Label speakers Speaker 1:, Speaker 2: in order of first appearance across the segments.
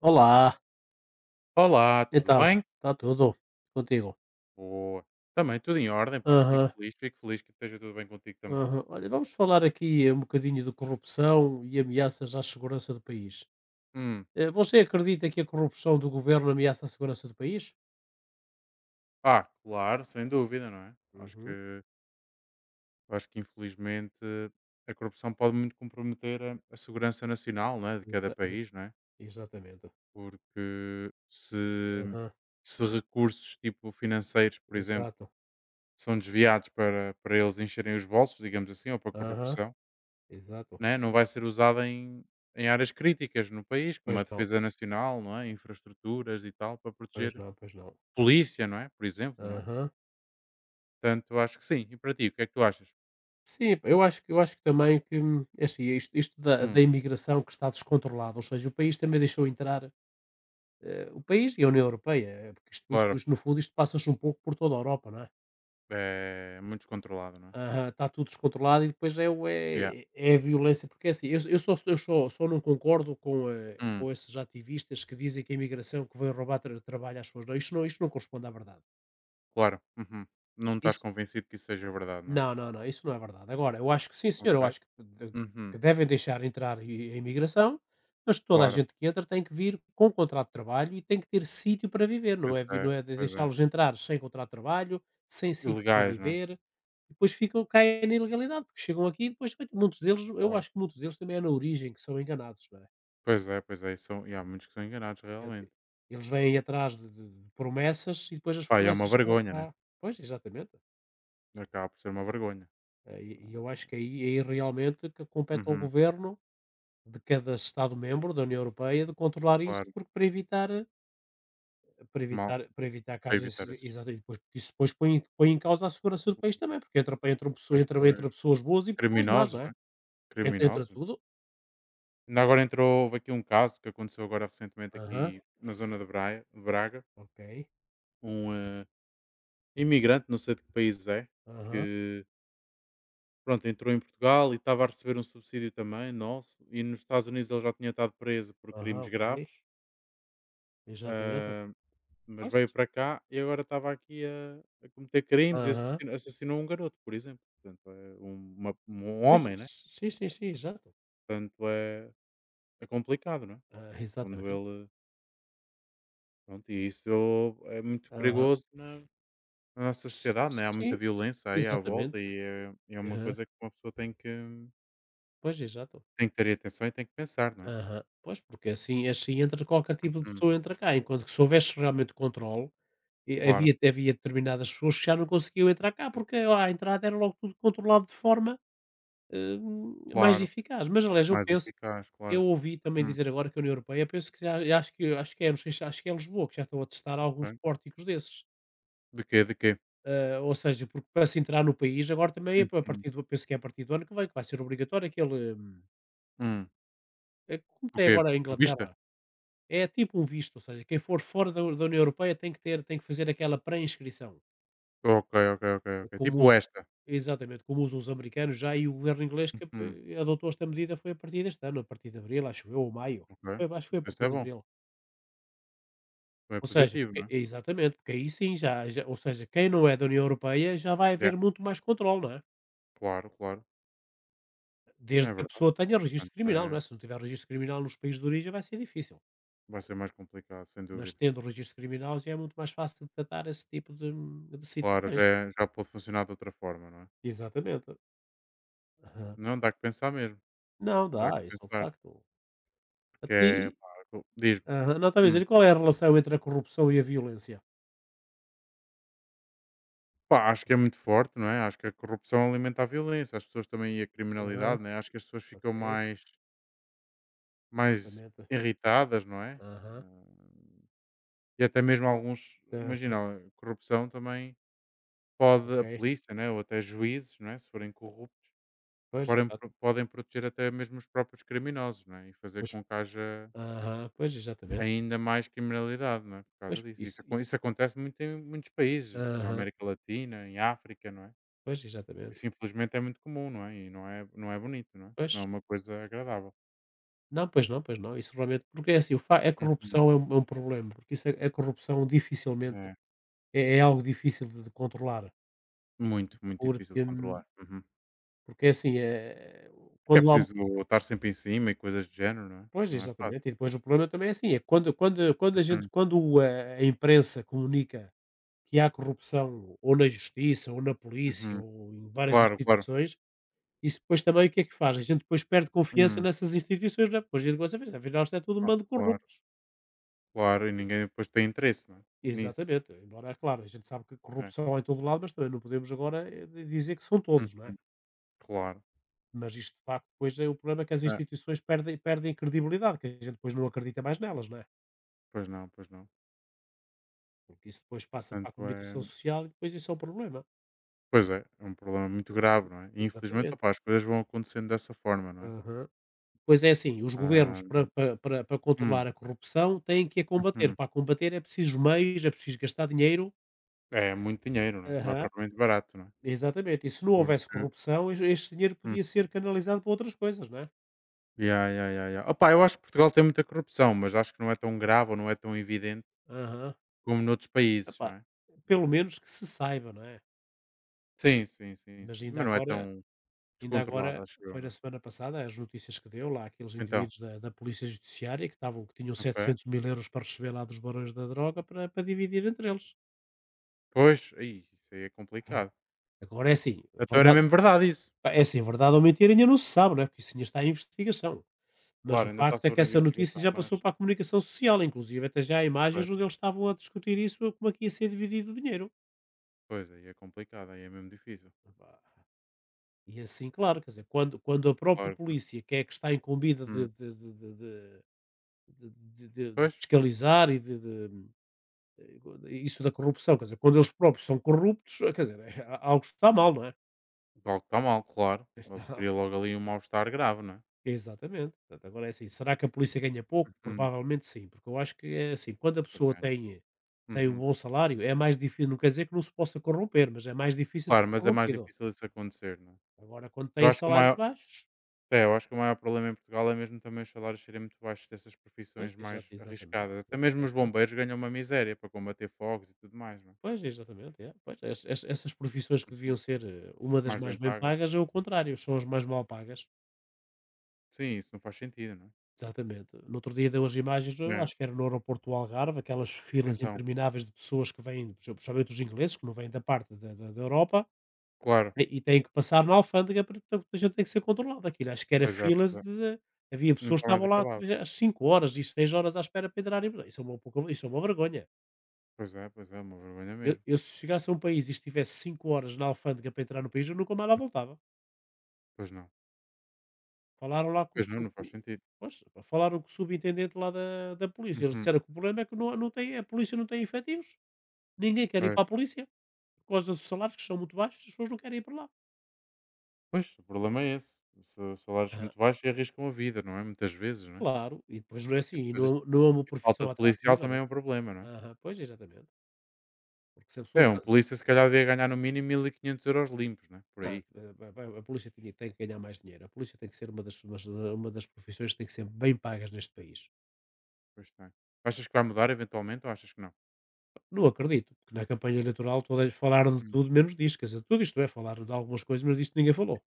Speaker 1: Olá,
Speaker 2: Olá, tudo
Speaker 1: então,
Speaker 2: bem?
Speaker 1: está tudo? Contigo?
Speaker 2: Boa. Também tudo em ordem, pá.
Speaker 1: Aham,
Speaker 2: Fico feliz que esteja tudo bem contigo também.
Speaker 1: aham. Olha, vamos falar aqui um bocadinho de corrupção e ameaças à segurança do país.
Speaker 2: Hum.
Speaker 1: Você acredita que a corrupção do governo ameaça a segurança do país?
Speaker 2: Ah, claro, sem dúvida, não é? Acho
Speaker 1: Uhum.
Speaker 2: que, acho que infelizmente a corrupção pode muito comprometer a segurança nacional, né, de cada
Speaker 1: Exa- ex-
Speaker 2: país, não é?
Speaker 1: exatamente.
Speaker 2: Porque se,
Speaker 1: Aham,
Speaker 2: se recursos tipo financeiros, por exemplo,
Speaker 1: exato.
Speaker 2: são desviados para eles encherem os bolsos, digamos assim, ou para
Speaker 1: Aham,
Speaker 2: corrupção,
Speaker 1: exato.
Speaker 2: né, não vai ser usada em áreas críticas no país, como
Speaker 1: Pois
Speaker 2: a
Speaker 1: não,
Speaker 2: defesa nacional, não é? Infraestruturas e tal, para
Speaker 1: pois
Speaker 2: proteger
Speaker 1: não, pois não.
Speaker 2: polícia, não é? Por exemplo, não é?
Speaker 1: Aham.
Speaker 2: Portanto, acho que sim. E para ti, o que é que tu achas?
Speaker 1: Sim, eu acho, eu acho que também que é assim, isto da
Speaker 2: Hum,
Speaker 1: imigração que está descontrolada, ou seja, o país também deixou entrar. O país e a União Europeia, porque isto isto
Speaker 2: Claro,
Speaker 1: isto no fundo isto passa-se um pouco por toda a Europa, não é?
Speaker 2: é muito descontrolado, não é?
Speaker 1: Aham, está tudo descontrolado e depois é o
Speaker 2: Yeah.
Speaker 1: é é a violência, porque é assim, eu só não concordo com,
Speaker 2: Hum,
Speaker 1: com esses ativistas que dizem que a imigração que veio roubar trabalho às pessoas. Não, isto não corresponde à verdade.
Speaker 2: Claro. Uhum. Não estás
Speaker 1: Isso
Speaker 2: convencido que isso seja verdade, não é?
Speaker 1: Não, não, não, isso não é verdade. Agora, eu acho que sim, senhor, eu
Speaker 2: Ok.
Speaker 1: acho que
Speaker 2: Uhum.
Speaker 1: devem deixar entrar e a imigração, mas toda a
Speaker 2: Claro.
Speaker 1: gente que entra tem que vir com contrato de trabalho e tem que ter sítio para viver, não
Speaker 2: Pois
Speaker 1: é vi não
Speaker 2: é,
Speaker 1: é de
Speaker 2: pois é.
Speaker 1: deixá-los entrar sem contrato de trabalho, sem sítio para
Speaker 2: Ilegais, não é?
Speaker 1: viver. Depois ficam, caem na ilegalidade, porque chegam aqui e depois coita muitos deles, eu
Speaker 2: Claro.
Speaker 1: acho que muitos deles também é na origem que são enganados, não é.
Speaker 2: Pois é, pois é. E, são, e há muitos que são enganados,
Speaker 1: Ente
Speaker 2: realmente.
Speaker 1: eles vêm atrás de promessas e depois as
Speaker 2: Pá, e é uma
Speaker 1: promessas chegam
Speaker 2: vergonha, né?
Speaker 1: cá. Pois, exatamente.
Speaker 2: Acaba por ser uma vergonha.
Speaker 1: E eu acho que aí realmente que compete ao
Speaker 2: Uhum.
Speaker 1: governo de cada Estado-membro da União Europeia de controlar isso,
Speaker 2: Claro.
Speaker 1: porque para evitar, eh,
Speaker 2: Mal
Speaker 1: para evitar que
Speaker 2: para
Speaker 1: haja
Speaker 2: evitar
Speaker 1: esse,
Speaker 2: esses
Speaker 1: exato, e depois, porque isso depois põe em causa a segurança do país também, porque entram pessoas,
Speaker 2: pois,
Speaker 1: entra,
Speaker 2: pois.
Speaker 1: entra pessoas boas e pessoas más,
Speaker 2: Criminosos,
Speaker 1: não
Speaker 2: não
Speaker 1: é?
Speaker 2: é?
Speaker 1: Entra
Speaker 2: Criminosos.
Speaker 1: tudo.
Speaker 2: Ainda agora entrou houve aqui um caso que aconteceu agora recentemente
Speaker 1: Aham,
Speaker 2: aqui na zona de Braia de Braga,
Speaker 1: ok.
Speaker 2: um imigrante, não sei de que país é,
Speaker 1: Aham,
Speaker 2: que pronto, entrou em Portugal e estava a receber um subsídio também nosso, e nos Estados Unidos ele já tinha estado preso por
Speaker 1: aham,
Speaker 2: crimes
Speaker 1: ok.
Speaker 2: graves,
Speaker 1: Exatamente.
Speaker 2: hã, mas
Speaker 1: Pois.
Speaker 2: veio para cá e agora estava aqui a cometer crimes e
Speaker 1: Aham.
Speaker 2: assassinou um garoto, por exemplo. Portanto, é um uma um
Speaker 1: Pois,
Speaker 2: homem, né,
Speaker 1: sim, sim, sim, exato.
Speaker 2: portanto é complicado, não é?
Speaker 1: Ah,
Speaker 2: Quando
Speaker 1: exatamente.
Speaker 2: ele. Pronto, e isso é muito
Speaker 1: Aham.
Speaker 2: perigoso na nossa sociedade, né? Há muita
Speaker 1: Sim,
Speaker 2: violência aí à
Speaker 1: exatamente.
Speaker 2: volta e é, é uma
Speaker 1: Aham.
Speaker 2: coisa que uma pessoa
Speaker 1: Pois, exato.
Speaker 2: tem que ter atenção e tem que pensar, não é?
Speaker 1: Aham. Pois, porque assim entra qualquer tipo de
Speaker 2: Uhum,
Speaker 1: pessoa, entra cá, enquanto que se houvesse realmente controle, e
Speaker 2: claro,
Speaker 1: havia determinadas pessoas que já não conseguiam entrar cá,
Speaker 2: né?
Speaker 1: porque ó, à entrada era logo tudo controlado de forma, mais
Speaker 2: Claro.
Speaker 1: eficaz. Mas aliás,
Speaker 2: Mais eficaz,
Speaker 1: eu
Speaker 2: claro.
Speaker 1: ouvi também
Speaker 2: Uhum,
Speaker 1: dizer agora que a União Europeia, penso que já acho que é, não sei, se acho que é Lisboa, que já estão a testar alguns
Speaker 2: ok.
Speaker 1: pórticos desses.
Speaker 2: De quê? De quê?
Speaker 1: Ah, ou seja, porque para se entrar no país agora também é a
Speaker 2: Uhum,
Speaker 1: partir do penso que é a partir do ano que vem que vai ser obrigatório aquele,
Speaker 2: hum,
Speaker 1: é como
Speaker 2: o
Speaker 1: tem
Speaker 2: quê?
Speaker 1: agora a
Speaker 2: Vista?
Speaker 1: Inglaterra. É tipo um visto, ou seja, quem for fora da União Europeia tem que fazer aquela pré-inscrição,
Speaker 2: Ok, ok, ok, ok.
Speaker 1: como us
Speaker 2: Tipo esta.
Speaker 1: exatamente, como usam os americanos já, e o governo inglês que,
Speaker 2: Uhum,
Speaker 1: adotou esta medida, foi a partir deste ano, a partir de abril, acho eu, ou maio.
Speaker 2: ok.
Speaker 1: Foi, acho que foi
Speaker 2: Mas
Speaker 1: a
Speaker 2: isso
Speaker 1: partir
Speaker 2: é
Speaker 1: de
Speaker 2: bom.
Speaker 1: abril.
Speaker 2: É
Speaker 1: Ou seja,
Speaker 2: positivo,
Speaker 1: porque
Speaker 2: não é?
Speaker 1: exatamente, porque aí sim, já ou seja, quem não é da União Europeia, já vai
Speaker 2: Yeah,
Speaker 1: haver muito mais controle, não é?
Speaker 2: claro, claro. Não
Speaker 1: Desde
Speaker 2: é
Speaker 1: que a
Speaker 2: verdade.
Speaker 1: pessoa tenha registro
Speaker 2: Portanto,
Speaker 1: criminal, não é? Se não tiver registro criminal nos países de origem, vai ser difícil,
Speaker 2: vai ser mais complicado, sem
Speaker 1: mas
Speaker 2: dúvida.
Speaker 1: tendo registro criminal já é muito mais fácil de tratar esse tipo de
Speaker 2: Claro,
Speaker 1: situações.
Speaker 2: já pode funcionar de outra forma, não é?
Speaker 1: Exatamente. Aham.
Speaker 2: Não, dá que pensar mesmo.
Speaker 1: Não,
Speaker 2: Dá que
Speaker 1: dá, isso é um
Speaker 2: pensar.
Speaker 1: facto.
Speaker 2: Porque
Speaker 1: Então e
Speaker 2: é.
Speaker 1: e
Speaker 2: Pá, diz-me.
Speaker 1: aham. Não, estava a dizer,
Speaker 2: Hum.
Speaker 1: e qual é a relação entre a corrupção e a violência?
Speaker 2: Pá, acho que é muito forte, não é? Acho que a corrupção alimenta a violência, as pessoas também e a
Speaker 1: Aham,
Speaker 2: criminalidade, não é? Acho que as pessoas ficam
Speaker 1: ok,
Speaker 2: mais
Speaker 1: exatamente.
Speaker 2: irritadas, não é?
Speaker 1: Aham,
Speaker 2: Ah, e até mesmo alguns.
Speaker 1: aham,
Speaker 2: Imagina, a corrupção também pode a
Speaker 1: ok.
Speaker 2: polícia, né? Ou até juízes, não é? Se forem corruptos,
Speaker 1: Pois,
Speaker 2: podem,
Speaker 1: exato.
Speaker 2: pro- podem proteger até mesmo os próprios criminosos, não é? E fazer
Speaker 1: Pois,
Speaker 2: com que haja
Speaker 1: aham, pois, exatamente.
Speaker 2: ainda mais criminalidade, não é? Por
Speaker 1: Pois,
Speaker 2: causa disso.
Speaker 1: isso
Speaker 2: Isso
Speaker 1: e
Speaker 2: acon isso acontece muito em muitos países, na
Speaker 1: aham,
Speaker 2: América Latina, em África, não é?
Speaker 1: pois, exatamente.
Speaker 2: Isso infelizmente é muito comum, não é? E não é bonito, não é? Não é
Speaker 1: Pois.
Speaker 2: uma coisa agradável.
Speaker 1: Não, pois não, pois não, isso realmente, porque é assim, o fa a
Speaker 2: Uhum.
Speaker 1: corrupção é um problema, porque a corrupção dificilmente
Speaker 2: É.
Speaker 1: é algo difícil de controlar,
Speaker 2: Muito, muito difícil
Speaker 1: porque
Speaker 2: de controlar. Uhum.
Speaker 1: porque é assim, é
Speaker 2: Porque é
Speaker 1: quando há.
Speaker 2: preciso estar sempre em cima e coisas do género, não é?
Speaker 1: Pois,
Speaker 2: Não é fácil.
Speaker 1: exatamente. E depois o problema também é assim, é quando quando quando a gente
Speaker 2: Uhum.
Speaker 1: quando a imprensa comunica que há corrupção ou na justiça, ou na polícia,
Speaker 2: Uhum.
Speaker 1: ou em várias
Speaker 2: Claro, claro.
Speaker 1: instituições, isso depois também, o que é que faz? A gente depois perde confiança
Speaker 2: Uhum.
Speaker 1: nessas instituições, não é? Depois a gente começa a ver, afinal isto é tudo um
Speaker 2: Ah,
Speaker 1: bando de
Speaker 2: claro,
Speaker 1: corruptos.
Speaker 2: claro. E ninguém depois tem interesse, não é? Nisso,
Speaker 1: Exatamente. Embora, é claro, a gente sabe que
Speaker 2: né?
Speaker 1: corrupção há em todo lado, mas também não podemos agora, eh, di dizer que são todos, não é?
Speaker 2: Uhum. Claro.
Speaker 1: Mas isto de facto, depois é o problema é que as
Speaker 2: É.
Speaker 1: instituições perdem credibilidade, que a gente depois não acredita mais nelas, não é?
Speaker 2: Pois não, pois não.
Speaker 1: Porque isso depois passa para a
Speaker 2: Portanto é
Speaker 1: comunicação social e depois isso é um problema.
Speaker 2: Pois é, é um problema muito grave, não é? E infelizmente,
Speaker 1: Exatamente.
Speaker 2: opá, as coisas vão acontecendo dessa forma, não é?
Speaker 1: Aham. Pois é assim, os governos
Speaker 2: Ah,
Speaker 1: para controlar
Speaker 2: hum,
Speaker 1: a corrupção, têm que a combater.
Speaker 2: uhum.
Speaker 1: Para a combater é preciso meios, é preciso gastar dinheiro.
Speaker 2: É muito dinheiro, não é? Não é
Speaker 1: Aham.
Speaker 2: propriamente barato, não é?
Speaker 1: Exatamente. E se não houvesse
Speaker 2: Porque.
Speaker 1: corrupção, este dinheiro
Speaker 2: Hum.
Speaker 1: podia ser canalizado para outras coisas, não é?
Speaker 2: Yeah, yeah, yeah, yeah. Opá, eu acho que Portugal tem muita corrupção, mas acho que não é tão grave ou não é tão evidente
Speaker 1: Aham.
Speaker 2: como noutros países, não
Speaker 1: Epá,
Speaker 2: é?
Speaker 1: pelo
Speaker 2: Ah,
Speaker 1: menos que se saiba, não é?
Speaker 2: sim, sim, sim,
Speaker 1: Mas
Speaker 2: sim.
Speaker 1: ainda
Speaker 2: Mas não é
Speaker 1: agora
Speaker 2: tão
Speaker 1: Ainda
Speaker 2: descontrolado,
Speaker 1: agora,
Speaker 2: acho eu,
Speaker 1: foi na
Speaker 2: não é?
Speaker 1: semana passada, as notícias que deu lá, aqueles
Speaker 2: Então,
Speaker 1: indivíduos da Polícia Judiciária que tinham
Speaker 2: ok.
Speaker 1: 700 mil euros para receber lá dos barões da droga, para dividir entre eles.
Speaker 2: Pois, aí, isso aí é
Speaker 1: Aham.
Speaker 2: complicado.
Speaker 1: Agora é assim,
Speaker 2: Então era
Speaker 1: verdade,
Speaker 2: mesmo verdade isso.
Speaker 1: é assim, verdade ou mentira ainda não se sabe, não é? Porque isso ainda está em investigação. Mas o
Speaker 2: Claro, ainda está
Speaker 1: facto é que
Speaker 2: sobre
Speaker 1: essa notícia
Speaker 2: investigação,
Speaker 1: já
Speaker 2: mas.
Speaker 1: passou para a comunicação social, inclusive até já há imagens
Speaker 2: Pois.
Speaker 1: onde eles estavam a discutir isso, como é que ia ser dividido o dinheiro.
Speaker 2: Pois, aí é complicado, aí é mesmo difícil.
Speaker 1: Epá, e assim, claro, quer dizer, quando a própria
Speaker 2: Claro, claro.
Speaker 1: polícia, que é que está incumbida
Speaker 2: Hum.
Speaker 1: de de
Speaker 2: Pois,
Speaker 1: fiscalizar eh, isso da corrupção, quer dizer, quando eles próprios são corruptos, quer dizer, algo está mal, não é?
Speaker 2: algo está mal, claro. Ele
Speaker 1: Está
Speaker 2: cria logo ali um mal-estar grave, não é?
Speaker 1: exatamente. Portanto, agora é assim, será que a polícia ganha pouco?
Speaker 2: Uhum.
Speaker 1: Provavelmente sim, porque eu acho que é assim, quando a
Speaker 2: Pois
Speaker 1: pessoa
Speaker 2: ganha.
Speaker 1: tem um
Speaker 2: Uhum.
Speaker 1: bom salário, é mais difícil, não quer dizer que não se possa corromper, mas é mais difícil
Speaker 2: Claro,
Speaker 1: ser
Speaker 2: mas é mais
Speaker 1: corrompido.
Speaker 2: difícil isso acontecer, não é?
Speaker 1: Agora, quando
Speaker 2: Eu
Speaker 1: tem
Speaker 2: acho que o
Speaker 1: salários
Speaker 2: maior,
Speaker 1: baixos,
Speaker 2: eu acho que o maior problema em Portugal é mesmo também os salários serem muito baixos dessas
Speaker 1: pois,
Speaker 2: profissões
Speaker 1: exato,
Speaker 2: mais
Speaker 1: exatamente,
Speaker 2: arriscadas. Até
Speaker 1: exato,
Speaker 2: mesmo os bombeiros ganham uma miséria para combater fogos e tudo mais, não é?
Speaker 1: pois, exatamente, é. Pois, es es essas profissões que deviam
Speaker 2: Uhum.
Speaker 1: ser, uma das
Speaker 2: Mais
Speaker 1: mais
Speaker 2: bem
Speaker 1: bem
Speaker 2: pagas.
Speaker 1: pagas, é o contrário, são as mais mal pagas.
Speaker 2: Sim, isso não faz sentido, não é?
Speaker 1: Exatamente. No outro dia deu as imagens, eu
Speaker 2: É,
Speaker 1: acho que era no aeroporto do Algarve, aquelas filas
Speaker 2: então,
Speaker 1: intermináveis de pessoas que vêm, principalmente os ingleses, que não vêm da parte da Europa,
Speaker 2: claro.
Speaker 1: e têm que passar na alfândega, porque toda a gente tem que ser controlado. Aquilo, acho que era
Speaker 2: Pois é, pois
Speaker 1: filas
Speaker 2: é.
Speaker 1: de havia pessoas que
Speaker 2: Nunca mais
Speaker 1: estavam lá
Speaker 2: acabava.
Speaker 1: às 5 horas e 6 horas à espera para entrarem. Isso é uma vergonha.
Speaker 2: Pois é, uma vergonha
Speaker 1: Eu
Speaker 2: mesmo.
Speaker 1: eu se chegasse a um país e estivesse 5 horas na alfândega para entrar no país, eu nunca mais lá voltava.
Speaker 2: Pois não.
Speaker 1: Falaram lá com o
Speaker 2: Pois não,
Speaker 1: su
Speaker 2: não faz
Speaker 1: co
Speaker 2: sentido.
Speaker 1: pois, falaram com o subintendente lá da polícia, eles
Speaker 2: Uhum.
Speaker 1: disseram que o problema é que não não tem a polícia não tem efetivos, ninguém quer ir
Speaker 2: Pois.
Speaker 1: para a polícia, por causa dos salários que são muito baixos, as pessoas não querem ir para lá.
Speaker 2: Pois, o problema é esse. Se os salários são
Speaker 1: Aham.
Speaker 2: muito baixos e arriscam a vida, não é? Muitas vezes, não é?
Speaker 1: Claro, e depois não é
Speaker 2: E
Speaker 1: assim, e
Speaker 2: depois
Speaker 1: não
Speaker 2: este-
Speaker 1: não é uma
Speaker 2: e falta
Speaker 1: profissão
Speaker 2: de policial
Speaker 1: atrativa, não
Speaker 2: também
Speaker 1: é?
Speaker 2: é um problema, não é?
Speaker 1: Aham, pois, exatamente. Porque se a pessoa
Speaker 2: É, um
Speaker 1: faz
Speaker 2: polícia se calhar devia ganhar no mínimo 1500 euros limpos, não é? Por
Speaker 1: não,
Speaker 2: aí.
Speaker 1: vai vai a polícia tinha tem que ganhar mais dinheiro, a polícia tem que ser uma das profissões que tem que ser bem pagas neste país.
Speaker 2: Pois tem. Achas que vai mudar eventualmente ou achas que não?
Speaker 1: Não acredito, porque na campanha eleitoral todas falaram de
Speaker 2: Hum.
Speaker 1: tudo menos disto, quer dizer, falaram de algumas coisas, mas disto ninguém falou.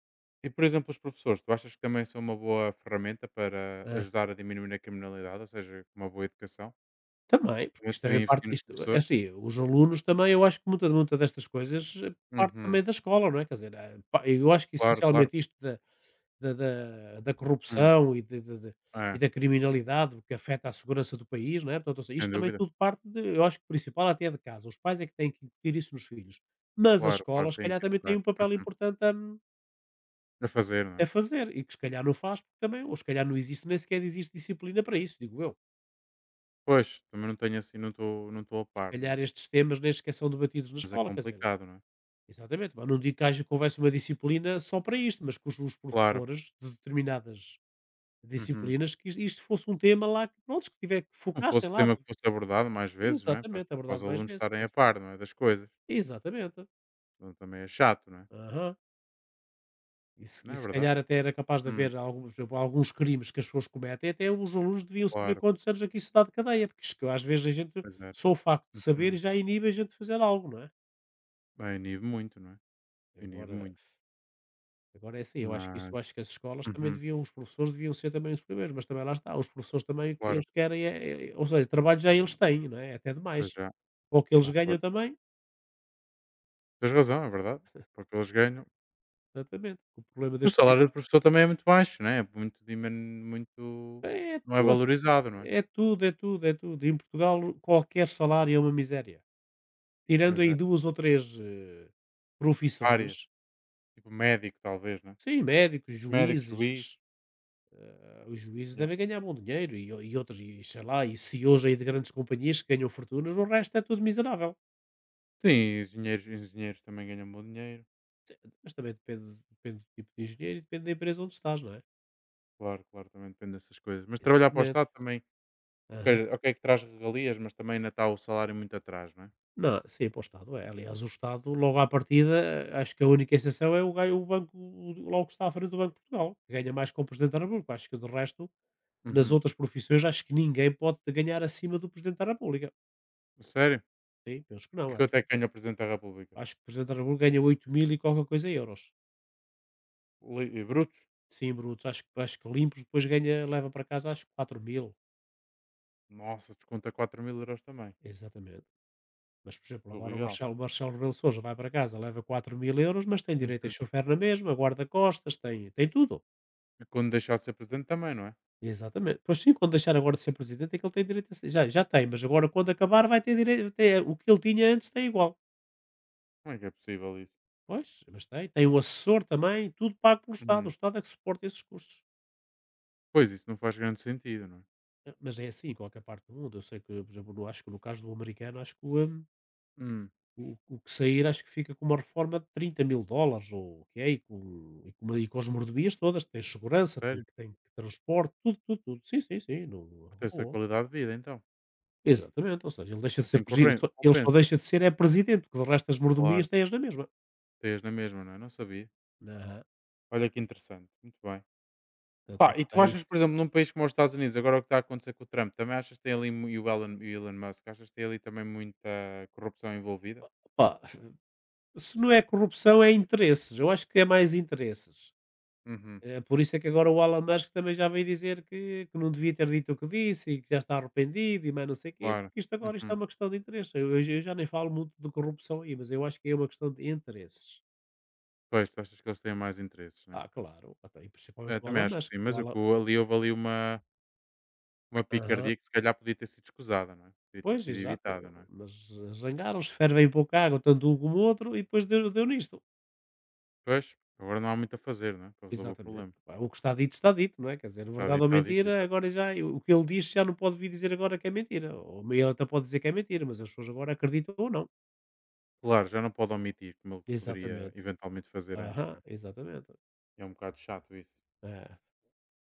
Speaker 2: E, por exemplo, os professores, tu achas que também são uma boa ferramenta para
Speaker 1: Ah,
Speaker 2: ajudar a diminuir a criminalidade, ou seja, com uma boa educação?
Speaker 1: também, porque
Speaker 2: Também se devia investir nos
Speaker 1: isto é
Speaker 2: professores?
Speaker 1: assim, os alunos também, eu acho que muita destas coisas parte
Speaker 2: Uhum.
Speaker 1: também da escola, não é? Quer dizer, pá, eu acho que
Speaker 2: Claro, claro.
Speaker 1: essencialmente isto da
Speaker 2: Hum.
Speaker 1: corrupção e de e
Speaker 2: É,
Speaker 1: da criminalidade, que afeta a segurança do país, não é? Portanto, ou seja,
Speaker 2: sem
Speaker 1: isto também
Speaker 2: dúvida.
Speaker 1: tudo parte de, eu acho que o principal até é de casa, os pais é que têm que incutir isso nos filhos, mas as
Speaker 2: Claro, claro,
Speaker 1: escolas se
Speaker 2: tem
Speaker 1: calhar
Speaker 2: que
Speaker 1: também têm
Speaker 2: educar.
Speaker 1: um papel
Speaker 2: Uhum.
Speaker 1: importante a
Speaker 2: Para fazer, não
Speaker 1: a
Speaker 2: é?
Speaker 1: fazer, e que se calhar não faz, porque também, ou se calhar não existe, nem sequer existe disciplina para isso, digo eu.
Speaker 2: Pois, também não tenho assim, não estou a
Speaker 1: Se
Speaker 2: par,
Speaker 1: calhar
Speaker 2: mas
Speaker 1: estes temas nem sequer são debatidos na
Speaker 2: é
Speaker 1: escola, quer dizer.
Speaker 2: complicado, não é?
Speaker 1: Exatamente, mas não digo que houvesse uma disciplina só para isto, mas que os
Speaker 2: Claro.
Speaker 1: professores de determinadas
Speaker 2: Uhum.
Speaker 1: disciplinas, que is isto fosse um tema lá, que prontos, que
Speaker 2: Não fosse
Speaker 1: focassem lá.
Speaker 2: tema que fosse abordado mais vezes, não é? Para
Speaker 1: Exatamente,
Speaker 2: para os
Speaker 1: abordado mais
Speaker 2: alunos
Speaker 1: vezes.
Speaker 2: estarem a
Speaker 1: Pois.
Speaker 2: par, não é? Das coisas.
Speaker 1: Exatamente.
Speaker 2: Senão também é chato, não é?
Speaker 1: Aham. E se
Speaker 2: Não
Speaker 1: e
Speaker 2: é
Speaker 1: se
Speaker 2: verdade?
Speaker 1: calhar até era capaz de
Speaker 2: Hum,
Speaker 1: haver alguns, por exemplo, alguns crimes que as pessoas cometem, até os alunos deviam saber
Speaker 2: Claro,
Speaker 1: quantos anos aqui que dá de cadeia, porque isto que às vezes a gente,
Speaker 2: pois era.
Speaker 1: só o facto de saber
Speaker 2: Uhum.
Speaker 1: já inibe a gente de fazer algo, não é?
Speaker 2: Bem, inibe muito, não é? Inibe
Speaker 1: Agora
Speaker 2: muito.
Speaker 1: Agora é assim, eu acho que isso, eu
Speaker 2: Mas,
Speaker 1: acho que as escolas também
Speaker 2: uhum,
Speaker 1: deviam, os professores deviam ser também os primeiros, mas também lá está, os professores também o que
Speaker 2: claro,
Speaker 1: eles querem é, é, ou seja, trabalho já eles têm, não é? É? Até
Speaker 2: pois
Speaker 1: demais.
Speaker 2: já.
Speaker 1: Ou que eles
Speaker 2: Ah,
Speaker 1: ganham
Speaker 2: pois.
Speaker 1: também,
Speaker 2: Tens razão, é verdade. Porque eles ganham.
Speaker 1: exatamente. O problema
Speaker 2: O
Speaker 1: deste país
Speaker 2: salário do professor também é muito baixo, não é? É muito.
Speaker 1: é
Speaker 2: Não é
Speaker 1: tudo,
Speaker 2: valorizado, não é?
Speaker 1: é tudo, é tudo, é tudo. Em Portugal qualquer salário é uma miséria. Tirando
Speaker 2: Pois
Speaker 1: aí
Speaker 2: é.
Speaker 1: duas ou três
Speaker 2: Área.
Speaker 1: profissões,
Speaker 2: Tipo médico, talvez, né?
Speaker 1: sim, médicos,
Speaker 2: Médico, juiz.
Speaker 1: juízes, os juízes
Speaker 2: Yeah.
Speaker 1: devem ganhar bom dinheiro e outros, e sei lá, e CEOs aí de grandes companhias que ganham fortunas, o resto é tudo miserável.
Speaker 2: Sim, engenheiros, engenheiros também ganham bom dinheiro.
Speaker 1: Mas também depende do tipo de engenheiro e depende da empresa onde estás, não é?
Speaker 2: Claro, claro, também depende dessas coisas. Mas trabalhar para o
Speaker 1: Exatamente.
Speaker 2: Estado também, ok,
Speaker 1: Aham.
Speaker 2: ok que traz regalias, mas também ainda está o salário muito atrás, não é?
Speaker 1: Não, sim, para o Estado é. Aliás, o Estado, logo à partida, acho que a única exceção é o, o banco, logo que está à frente do Banco de Portugal, que ganha mais que o Presidente da República. Acho que, do resto, nas
Speaker 2: Uhum.
Speaker 1: outras profissões, acho que ninguém pode ganhar acima do Presidente da República.
Speaker 2: Sério?
Speaker 1: Sim, penso que
Speaker 2: E
Speaker 1: não.
Speaker 2: quanto é que ganha o Presidente da República?
Speaker 1: Acho que o Presidente da República ganha 8000 e qualquer coisa euros.
Speaker 2: E brutos?
Speaker 1: Sim, brutos. Acho que limpos, depois ganha, leva para casa, acho que 4 mil.
Speaker 2: Nossa, desconta 4000 euros também.
Speaker 1: Exatamente. Mas, por exemplo,
Speaker 2: Do
Speaker 1: agora o
Speaker 2: real.
Speaker 1: Marcelo, Marcelo Rebelo de Sousa vai para casa, leva 4000 euros, mas tem direito
Speaker 2: Uhum.
Speaker 1: a chofer na mesma, guarda-costas, tem, tem tudo.
Speaker 2: E quando deixar de ser Presidente também, não é?
Speaker 1: Exatamente. Pois sim, quando deixar agora de ser presidente, é que ele tem direito a ser. Já, já tem, mas agora quando acabar vai ter direito. Tem, o que ele tinha antes tem igual.
Speaker 2: Como é que é possível isso?
Speaker 1: Pois, mas tem. Tem um assessor também, tudo pago pelo Estado. O
Speaker 2: Uhum.
Speaker 1: Estado é que suporta esses custos.
Speaker 2: Pois, isso não faz grande sentido, não é?
Speaker 1: Mas é assim em qualquer parte do mundo. Eu sei que, por exemplo, no, acho que no caso do americano, acho que o,
Speaker 2: Hum.
Speaker 1: o que sair acho que fica com uma reforma de 30 000 dólares ou o que é, e com as mordomias todas, tem
Speaker 2: A
Speaker 1: segurança,
Speaker 2: sério?
Speaker 1: tem transporte, tudo, tudo, tudo. Sim, sim, sim, não não é
Speaker 2: Até a
Speaker 1: boa.
Speaker 2: qualidade de vida, então.
Speaker 1: Exatamente, ou seja, ele deixa de ser presi só ele só
Speaker 2: Compensa.
Speaker 1: deixa de ser é presidente, porque o resto das
Speaker 2: Claro,
Speaker 1: mordomias tem-as na mesma.
Speaker 2: tens na mesma, não é? Não sabia.
Speaker 1: Aham,
Speaker 2: Olha que interessante, muito bem.
Speaker 1: portanto,
Speaker 2: Pá, e
Speaker 1: eles
Speaker 2: tu
Speaker 1: têm
Speaker 2: achas, por exemplo, num país como os Estados Unidos, agora o que está a acontecer com o Trump, também achas que tem ali, mu- e o Elon Musk, achas que tem ali também muita corrupção envolvida?
Speaker 1: opa, se não é corrupção é interesses, eu acho que é mais interesses.
Speaker 2: Uhum,
Speaker 1: Por isso é que agora o Elon Musk também já veio dizer que não devia ter dito o que disse e que já está arrependido e mais não sei o quê,
Speaker 2: claro.
Speaker 1: porque isto agora isto é
Speaker 2: Uhum.
Speaker 1: uma questão de interesse. Eu já nem falo muito de corrupção aí, mas eu acho que é uma questão de interesses.
Speaker 2: Pois, tu achas que eles têm mais interesses, né?
Speaker 1: Ah, claro, até, e principalmente
Speaker 2: Eu
Speaker 1: o
Speaker 2: também
Speaker 1: Elon
Speaker 2: acho que
Speaker 1: Musk.
Speaker 2: sim,
Speaker 1: O
Speaker 2: mas o
Speaker 1: Elon,
Speaker 2: que ali houve ali uma
Speaker 1: aham,
Speaker 2: picardia que se calhar podia ter sido escusada, não é? Podia ter
Speaker 1: pois,
Speaker 2: sido
Speaker 1: exato,
Speaker 2: evitada, não é?
Speaker 1: mas zangaram-se, fervem pouca água, tanto um como o outro, e depois deu nisto.
Speaker 2: Pois, agora não há muito a fazer, não é? Para resolver o
Speaker 1: Exatamente.
Speaker 2: problema.
Speaker 1: Pá, o que está dito, não é? Quer dizer, verdade ou
Speaker 2: Está dito,
Speaker 1: mentira,
Speaker 2: exato.
Speaker 1: agora já, o que ele diz já não pode vir dizer agora que é mentira. Ou ele até pode dizer que é mentira, mas as pessoas agora acreditam ou não.
Speaker 2: Claro, já não pode omitir como ele poderia
Speaker 1: Exatamente.
Speaker 2: eventualmente fazer antes, não
Speaker 1: Aham,
Speaker 2: é?
Speaker 1: exatamente.
Speaker 2: É um bocado chato isso.
Speaker 1: É.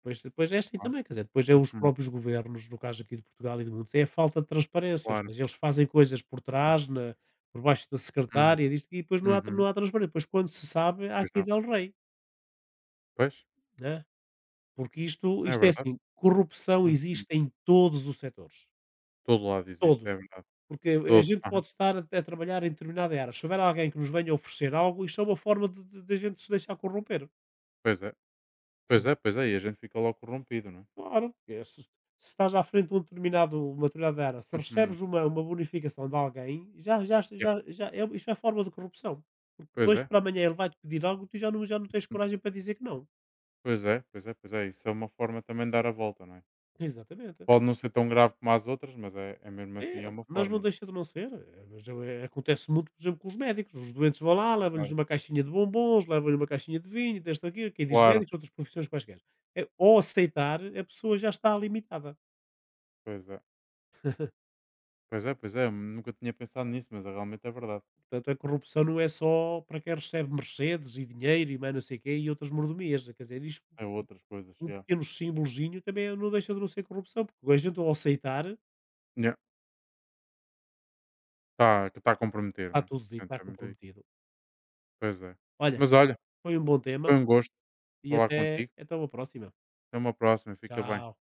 Speaker 1: Pois depois é
Speaker 2: Mas
Speaker 1: assim
Speaker 2: pronto.
Speaker 1: também, quer dizer, depois é os
Speaker 2: Uhum.
Speaker 1: próprios governos, no caso aqui de Portugal e do mundo, é a falta de transparência, ou
Speaker 2: Claro.
Speaker 1: seja, eles fazem coisas por trás, na, por baixo da
Speaker 2: Hum.
Speaker 1: secretária, disto, e depois não
Speaker 2: Uhum.
Speaker 1: há transparência. Depois, quando se sabe, há
Speaker 2: Pois
Speaker 1: aqui
Speaker 2: não.
Speaker 1: Del Rey,
Speaker 2: Pois,
Speaker 1: né? Porque
Speaker 2: é
Speaker 1: isto é
Speaker 2: verdade.
Speaker 1: assim: corrupção
Speaker 2: Uhum.
Speaker 1: existe em todos os setores,
Speaker 2: Todo lado existe,
Speaker 1: todos.
Speaker 2: é verdade.
Speaker 1: Porque a
Speaker 2: Todo.
Speaker 1: gente
Speaker 2: Aham.
Speaker 1: pode estar a trabalhar em determinada área. Se houver alguém que nos venha oferecer algo, isto é uma forma de a gente se deixar corromper.
Speaker 2: Pois é. Pois é, pois é. E a gente fica logo corrompido, não é?
Speaker 1: Claro, porque se estás à frente de um determinado uma determinada área, se
Speaker 2: Uhum.
Speaker 1: recebes uma bonificação de alguém, já, já,
Speaker 2: Yeah.
Speaker 1: já, já é, isto é forma de corrupção. Porque
Speaker 2: Pois
Speaker 1: dois
Speaker 2: é.
Speaker 1: para amanhã ele vai-te pedir algo, tu já não tens
Speaker 2: Hum.
Speaker 1: coragem para dizer que não.
Speaker 2: Pois é, pois é, pois é. Isso é uma forma também de dar a volta, não é?
Speaker 1: Exatamente.
Speaker 2: Pode não ser tão grave como as outras, mas é, é mesmo assim é
Speaker 1: É,
Speaker 2: uma
Speaker 1: mas não
Speaker 2: forma, não é?
Speaker 1: deixa de não ser. É, acontece muito, por exemplo, com os médicos. Os doentes vão lá, levam-lhes
Speaker 2: Claro.
Speaker 1: uma caixinha de bombons, levam-lhe uma caixinha de vinho, deste aqui, quem diz
Speaker 2: Claro.
Speaker 1: médicos, outras profissões quaisquer. É, ao aceitar, a pessoa já está limitada.
Speaker 2: Pois é. Pois é, pois é. Nunca tinha pensado nisso, mas é realmente é verdade.
Speaker 1: Portanto, a corrupção não é só para quem recebe Mercedes e dinheiro e mais não sei o quê e outras mordomias. Quer dizer, isto,
Speaker 2: É outras coisas,
Speaker 1: um
Speaker 2: já.
Speaker 1: pequeno símbolozinho também não deixa de não ser corrupção, porque a gente ao aceitar
Speaker 2: Yeah. Tá, que está a comprometer,
Speaker 1: está
Speaker 2: não é?
Speaker 1: tudo dito,
Speaker 2: Portanto,
Speaker 1: está
Speaker 2: é muito
Speaker 1: comprometido.
Speaker 2: Pois é.
Speaker 1: Olha,
Speaker 2: Mas olha,
Speaker 1: foi um bom
Speaker 2: foi
Speaker 1: tema
Speaker 2: um gosto
Speaker 1: e
Speaker 2: falar
Speaker 1: até,
Speaker 2: contigo.
Speaker 1: até uma próxima.
Speaker 2: Até uma próxima. Fica bem.
Speaker 1: Tchau.